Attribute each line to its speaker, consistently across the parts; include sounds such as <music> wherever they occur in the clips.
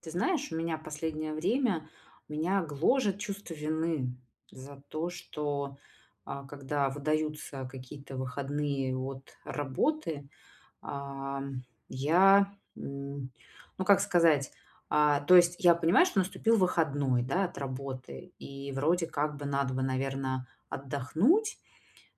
Speaker 1: Ты знаешь, у меня последнее время меня гложет чувство вины за то, что когда выдаются какие-то выходные от работы, а, я, ну как сказать, то есть я понимаю, что наступил выходной, да, от работы, и вроде как бы надо бы, наверное, отдохнуть,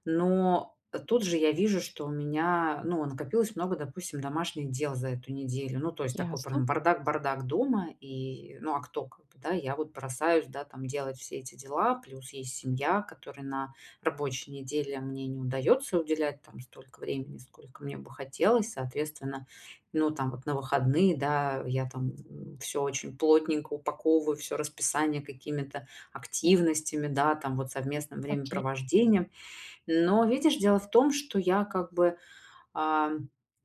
Speaker 1: но тут же я вижу, что у меня, ну, накопилось много, допустим, домашних дел за эту неделю. Ну, то есть такой прям
Speaker 2: Ясно,
Speaker 1: бардак-бардак дома. И, ну, а кто как бы, да, я вот бросаюсь, да, там делать все эти дела. Плюс есть семья, которой на рабочей неделе мне не удается уделять там столько времени, сколько мне бы хотелось. Соответственно, ну, там вот на выходные, да, я там все очень плотненько упаковываю, все расписание какими-то активностями, да, там вот совместным
Speaker 2: окей.
Speaker 1: времяпровождением. Но видишь, дело в том, что я как бы, а,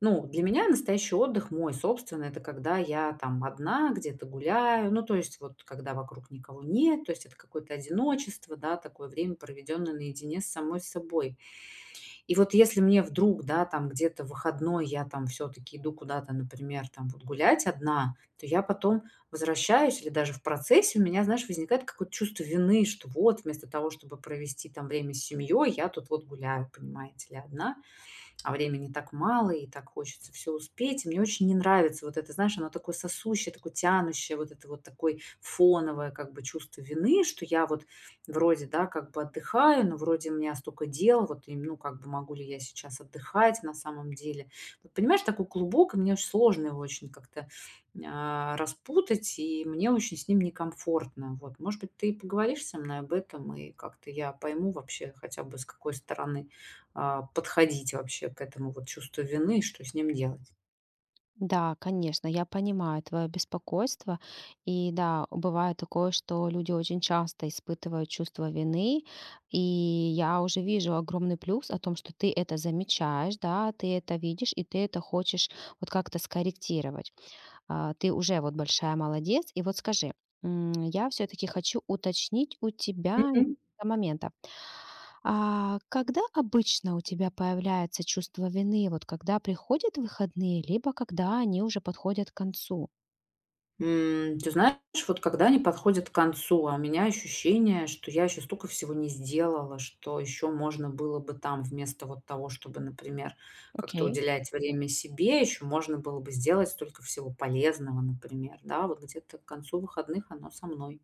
Speaker 1: ну, для меня настоящий отдых мой собственный, это когда я там одна где-то гуляю, ну, то есть вот когда вокруг никого нет, то есть это какое-то одиночество, да, такое время, проведенное наедине с самой собой. И вот если мне вдруг, да, там где-то в выходной я там все-таки иду куда-то, например, там вот гулять одна, то я потом возвращаюсь или даже в процессе у меня, знаешь, возникает какое-то чувство вины, что вот вместо того, чтобы провести там время с семьей, я тут вот гуляю, понимаете ли, одна, а времени так мало, и так хочется все успеть. И мне очень не нравится вот это, знаешь, оно такое сосущее, такое тянущее, вот это вот такое фоновое как бы чувство вины, что я вот вроде, да, как бы отдыхаю, но вроде у меня столько дел, вот, и, ну, как бы могу ли я сейчас отдыхать на самом деле. Вот понимаешь, такой клубок, и мне очень сложно его очень как-то, распутать, и мне очень с ним некомфортно. Вот, может быть, ты поговоришь со мной об этом, и как-то я пойму вообще хотя бы, с какой стороны подходить вообще к этому вот чувству вины и что с ним делать?
Speaker 2: Да, конечно, я понимаю твое беспокойство. И да, бывает такое, что люди очень часто испытывают чувство вины. И я уже вижу огромный плюс о том, что ты это замечаешь, да, ты это видишь, и ты это хочешь вот как-то скорректировать. Ты уже вот большая молодец. И вот скажи, я все-таки хочу уточнить у тебя
Speaker 1: Мгм.
Speaker 2: момент. А когда обычно у тебя появляется чувство вины, вот когда приходят выходные, либо когда они уже подходят к концу?
Speaker 1: Ты знаешь, вот когда они подходят к концу, а у меня ощущение, что я еще столько всего не сделала, что еще можно было бы там вместо вот того, чтобы, например, как-то
Speaker 2: Окей.
Speaker 1: уделять время себе, еще можно было бы сделать столько всего полезного, например, да, вот где-то к концу выходных оно со мной.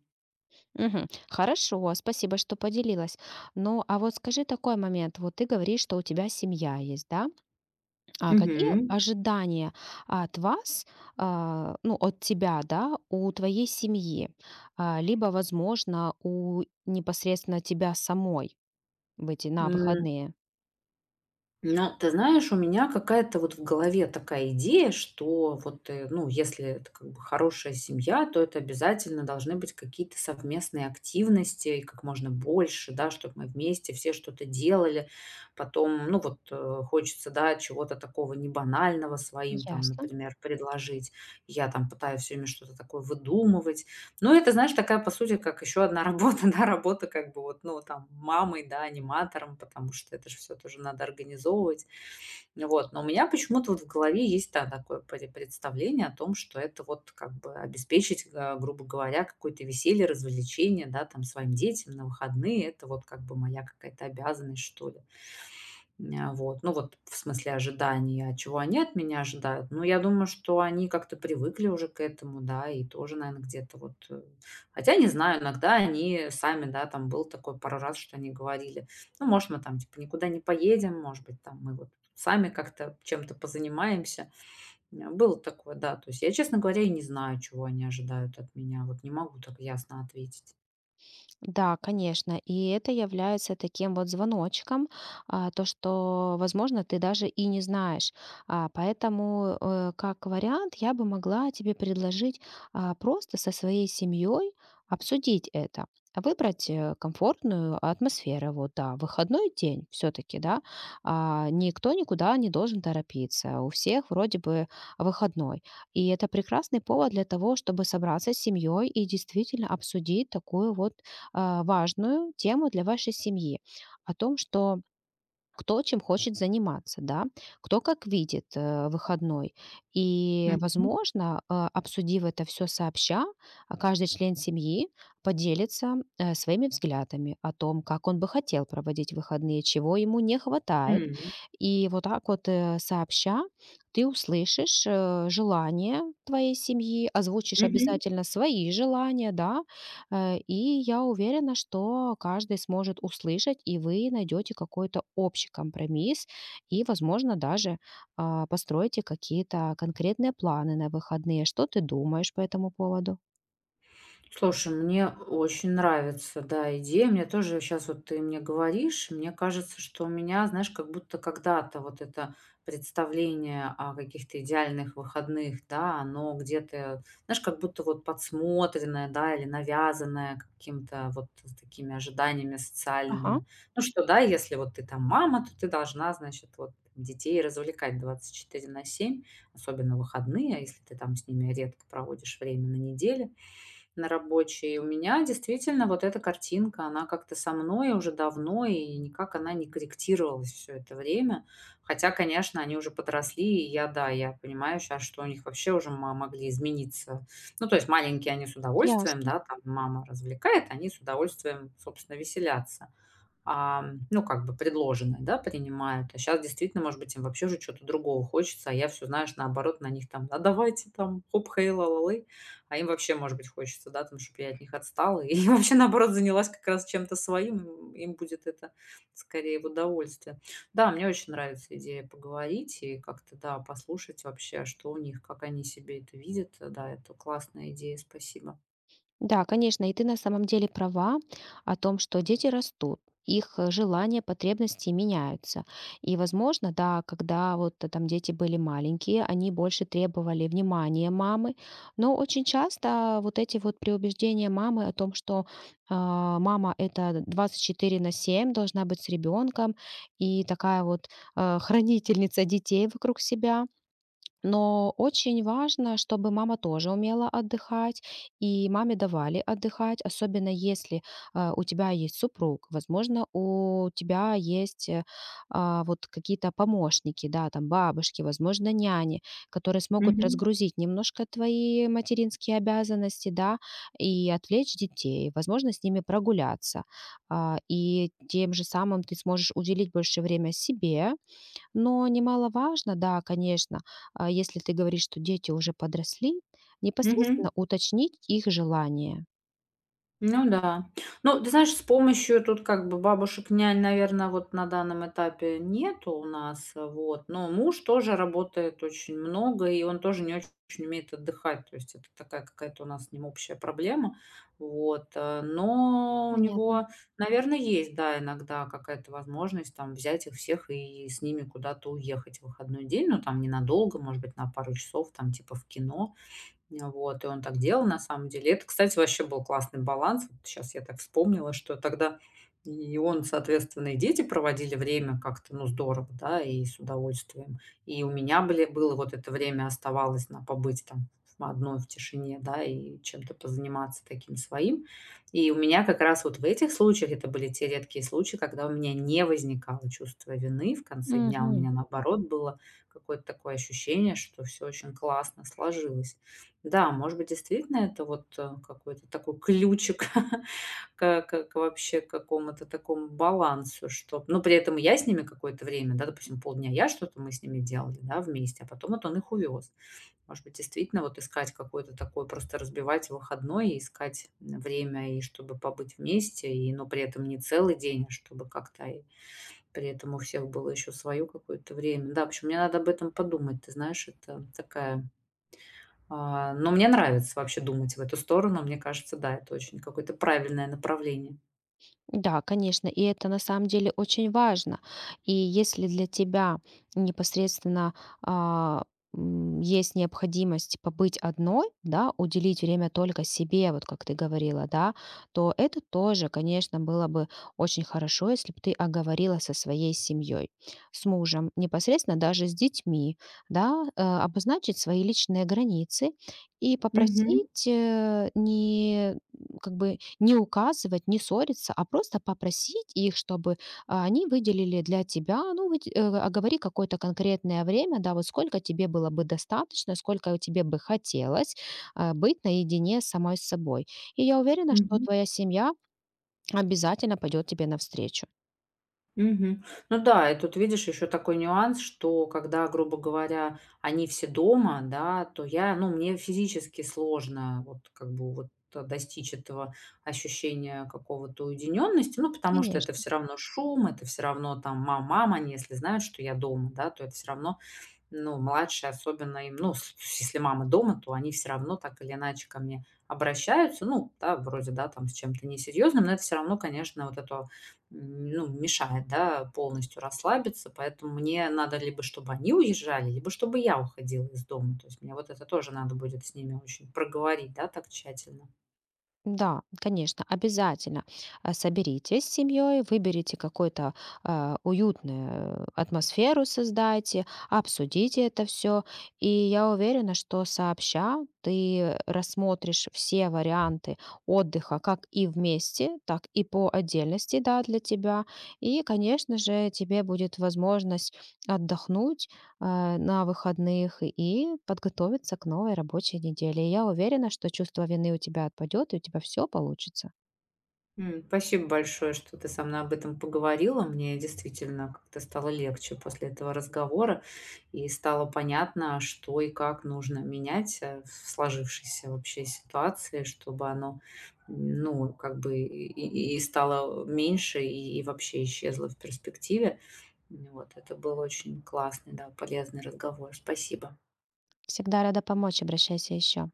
Speaker 2: Мгм. Хорошо, спасибо, что поделилась. Ну, а вот скажи такой момент. Вот ты говоришь, что у тебя семья есть, да? А какие
Speaker 1: Мгм.
Speaker 2: ожидания от вас, ну, от тебя, да, у твоей семьи, либо, возможно, у непосредственно тебя самой в эти на выходные?
Speaker 1: Ну, ты знаешь, у меня какая-то вот в голове такая идея, что вот, ну, если это как бы хорошая семья, то это обязательно должны быть какие-то совместные активности, и как можно больше, да, чтобы мы вместе все что-то делали. Потом, ну, вот хочется, да, чего-то такого не банального своим, там,
Speaker 2: Ясно.
Speaker 1: например, предложить. Я там пытаюсь все время что-то такое выдумывать. Ну, это, знаешь, такая, по сути, как еще одна работа, <laughs> да, работа как бы вот, ну, там, мамой, да, аниматором, потому что это же все тоже надо организовывать. Вот. Но у меня почему-то вот в голове есть, да, такое представление о том, что это вот как бы обеспечить, грубо говоря, какое-то веселье, развлечение, да, там, своим детям на выходные. Это вот как бы моя какая-то обязанность, что ли. Ня вот. Ну, вот в смысле ожиданий, а чего они от меня ожидают? Ну, я думаю, что они как-то привыкли уже к этому, да, и тоже, наверное где-то вот, хотя не знаю, иногда они сами, да, там был такой пару раз, что они говорили: "Ну, может, мы там, типа, никуда не поедем, может быть, там мы вот сами как-то чем-то позанимаемся". Было такое, да. То есть я, честно говоря, и не знаю, чего они ожидают от меня. Вот не могу так ясно ответить.
Speaker 2: Да, конечно. И это является таким вот звоночком, то, что, возможно, ты даже и не знаешь. Поэтому, как вариант, я бы могла тебе предложить просто со своей семьей обсудить это, выбрать комфортную атмосферу. Вот, да, выходной день все-таки, да, никто никуда не должен торопиться. У всех вроде бы выходной. И это прекрасный повод для того, чтобы собраться с семьей и действительно обсудить такую вот важную тему для вашей семьи о том, что кто чем хочет заниматься, да, кто как видит выходной. И,
Speaker 1: Мгм.
Speaker 2: возможно, обсудив это все сообща, каждый член семьи поделится своими взглядами о том, как он бы хотел проводить выходные, чего ему не хватает.
Speaker 1: М.
Speaker 2: И вот так вот сообща ты услышишь желания твоей семьи, озвучишь
Speaker 1: Мгм.
Speaker 2: обязательно свои желания, да. И я уверена, что каждый сможет услышать, и вы найдете какой-то общий компромисс, и, возможно, даже построите какие-то конкретные планы на выходные. Что ты думаешь по этому поводу?
Speaker 1: Слушай, мне очень нравится, да, идея. Мне тоже сейчас вот ты мне говоришь, мне кажется, что у меня, знаешь, как будто когда-то вот это представление о каких-то идеальных выходных, да, оно где-то, знаешь, как будто вот подсмотренное, да, или навязанное каким-то вот с такими ожиданиями
Speaker 2: Ага,
Speaker 1: социальными. Ну что, да, если вот ты там мама, то ты должна, значит, вот детей развлекать 24/7, особенно в выходные, а если ты там с ними редко проводишь время на неделе на рабочей. У меня действительно вот эта картинка, она как-то со мной уже давно, и никак она не корректировалась все это время. Хотя, конечно, они уже подросли, и я, да, я понимаю сейчас, что у них вообще уже могли измениться. Ну, то есть маленькие они с удовольствием,
Speaker 2: ясно.
Speaker 1: да, там мама развлекает, они с удовольствием, собственно, веселятся, а ну, как бы предложенное, да, принимают. А сейчас действительно, может быть, им вообще уже чё-то другого хочется, а я все знаешь, наоборот, на них там: "А давайте там, хоп, хей, ла-ла-лей". А им вообще, может быть, хочется, да, там, чтоб я от них отстала и <laughs> вообще, наоборот, занялась как раз чем-то своим, им будет это скорее в удовольствие. Да, мне очень нравится идея поговорить и как-то, да, послушать вообще, что у них, как они себе это видят. Да, это классная идея, спасибо.
Speaker 2: Да, конечно, и ты на самом деле права о том, что дети растут, их желания, потребности меняются. И, возможно, да, когда вот там дети были маленькие, они больше требовали внимания мамы, но очень часто вот эти вот преубеждения мамы о том, что мама это 24 на 7 должна быть с ребенком и такая вот <laughs> хранительница детей вокруг себя, но очень важно, чтобы мама тоже умела отдыхать, и маме давали отдыхать, особенно если у тебя есть супруг, возможно, у тебя есть вот какие-то помощники, да, там бабушки, возможно, няни, которые смогут
Speaker 1: Мгм.
Speaker 2: разгрузить немножко твои материнские обязанности, да, и отвлечь детей, возможно, с ними прогуляться. И тем же самым ты сможешь уделить больше время себе, но немаловажно, да, конечно, если ты говоришь, что дети уже подросли,
Speaker 1: Мгм.
Speaker 2: непосредственно уточнить их желание.
Speaker 1: Ну да. Ну, ты знаешь, с помощью тут как бы бабушек, нянь, наверное, вот на данном этапе нету у нас, вот. Но муж тоже работает очень много, и он тоже не очень умеет отдыхать. То есть это такая какая-то у нас с ним общая проблема. Вот. Но у
Speaker 2: Понятно.
Speaker 1: него, наверное, есть, да, иногда какая-то возможность там взять их всех и с ними куда-то уехать в выходной день, ну там ненадолго, может быть, на пару часов, там типа в кино. Вот, и он так делал на самом деле. Это, кстати, вообще был классный баланс. Сейчас я так вспомнила, что тогда и он, соответственно, и дети проводили время как-то, ну, здорово, да, и с удовольствием. И у меня были было вот это время оставалось на побыть там одной в тишине, да, и чем-то позаниматься таким своим. И у меня как раз вот в этих случаях, это были те редкие случаи, когда у меня не возникало чувство вины в конце дня. У
Speaker 2: Мгм.
Speaker 1: меня, наоборот, было какое-то такое ощущение, что все очень классно сложилось. Да, может быть, действительно это вот, какой-то такой ключик <laughs> к вообще какому-то такому балансу, что. Но при этом я с ними какое-то время, да, допустим, полдня я что-то мы с ними делали, да, вместе, а потом вот он их увез. Может быть, действительно вот искать какой-то такой, просто разбивать выходной и искать время, и чтобы побыть вместе, и, но при этом не целый день, а чтобы как-то и при этом у всех было еще свое какое-то время. Да, в общем, мне надо об этом подумать. Ты знаешь, это такая но мне нравится вообще думать в эту сторону. Мне кажется, да, это очень какое-то правильное направление.
Speaker 2: Да, конечно, и это на самом деле очень важно. И если для тебя непосредственно а, есть необходимость побыть одной, да, уделить время только себе, вот как ты говорила, да, то это тоже, конечно, было бы очень хорошо, если бы ты оговорила со своей семьей, с мужем, непосредственно даже с детьми, да, обозначить свои личные границы и
Speaker 1: Мгм.
Speaker 2: попросить не как бы не указывать, не ссориться, а просто попросить их, чтобы они выделили для тебя, ну, оговори какое-то конкретное время, да, вот сколько тебе было бы достаточно, сколько тебе бы хотелось быть наедине с самой собой. И я уверена, что
Speaker 1: Мгм.
Speaker 2: твоя семья обязательно пойдет тебе навстречу.
Speaker 1: Мгм. Ну да, и тут видишь еще такой нюанс, что когда, грубо говоря, они все дома, да, то я, ну, мне физически сложно вот как бы вот достичь этого ощущения какого-то уединенности, ну, потому что это
Speaker 2: Конечно.
Speaker 1: все равно шум, это все равно там мама, мама, они если знают, что я дома, да, то это все равно. Ну, младшие, особенно им, ну, с если мама дома, то они все равно так или иначе ко мне обращаются. Ну да, вроде, да, там с чем-то несерьезным, но это все равно, конечно, вот это, ну, мешает, да, полностью расслабиться. Поэтому мне надо либо чтобы они уезжали, либо чтобы я уходила из дома. То есть мне вот это тоже надо будет с ними очень проговорить, да, так тщательно.
Speaker 2: Да, конечно, обязательно соберитесь с семьей, выберите какую-то уютную атмосферу, создайте, обсудите это все. И я уверена, что сообща ты рассмотришь все варианты отдыха как и вместе, так и по отдельности, да, для тебя. И, конечно же, тебе будет возможность отдохнуть э, на выходных и подготовиться к новой рабочей неделе. И я уверена, что чувство вины у тебя отпадет, и у тебя все получится.
Speaker 1: Спасибо большое, что ты со мной об этом поговорила. Мне действительно как-то стало легче после этого разговора, и стало понятно, что и как нужно менять, в сложившейся вообще ситуации, чтобы оно, ну, как бы и стало меньше, и вообще исчезло в перспективе. Вот это был очень классный, да, полезный разговор. Спасибо.
Speaker 2: Всегда рада помочь, обращайся еще.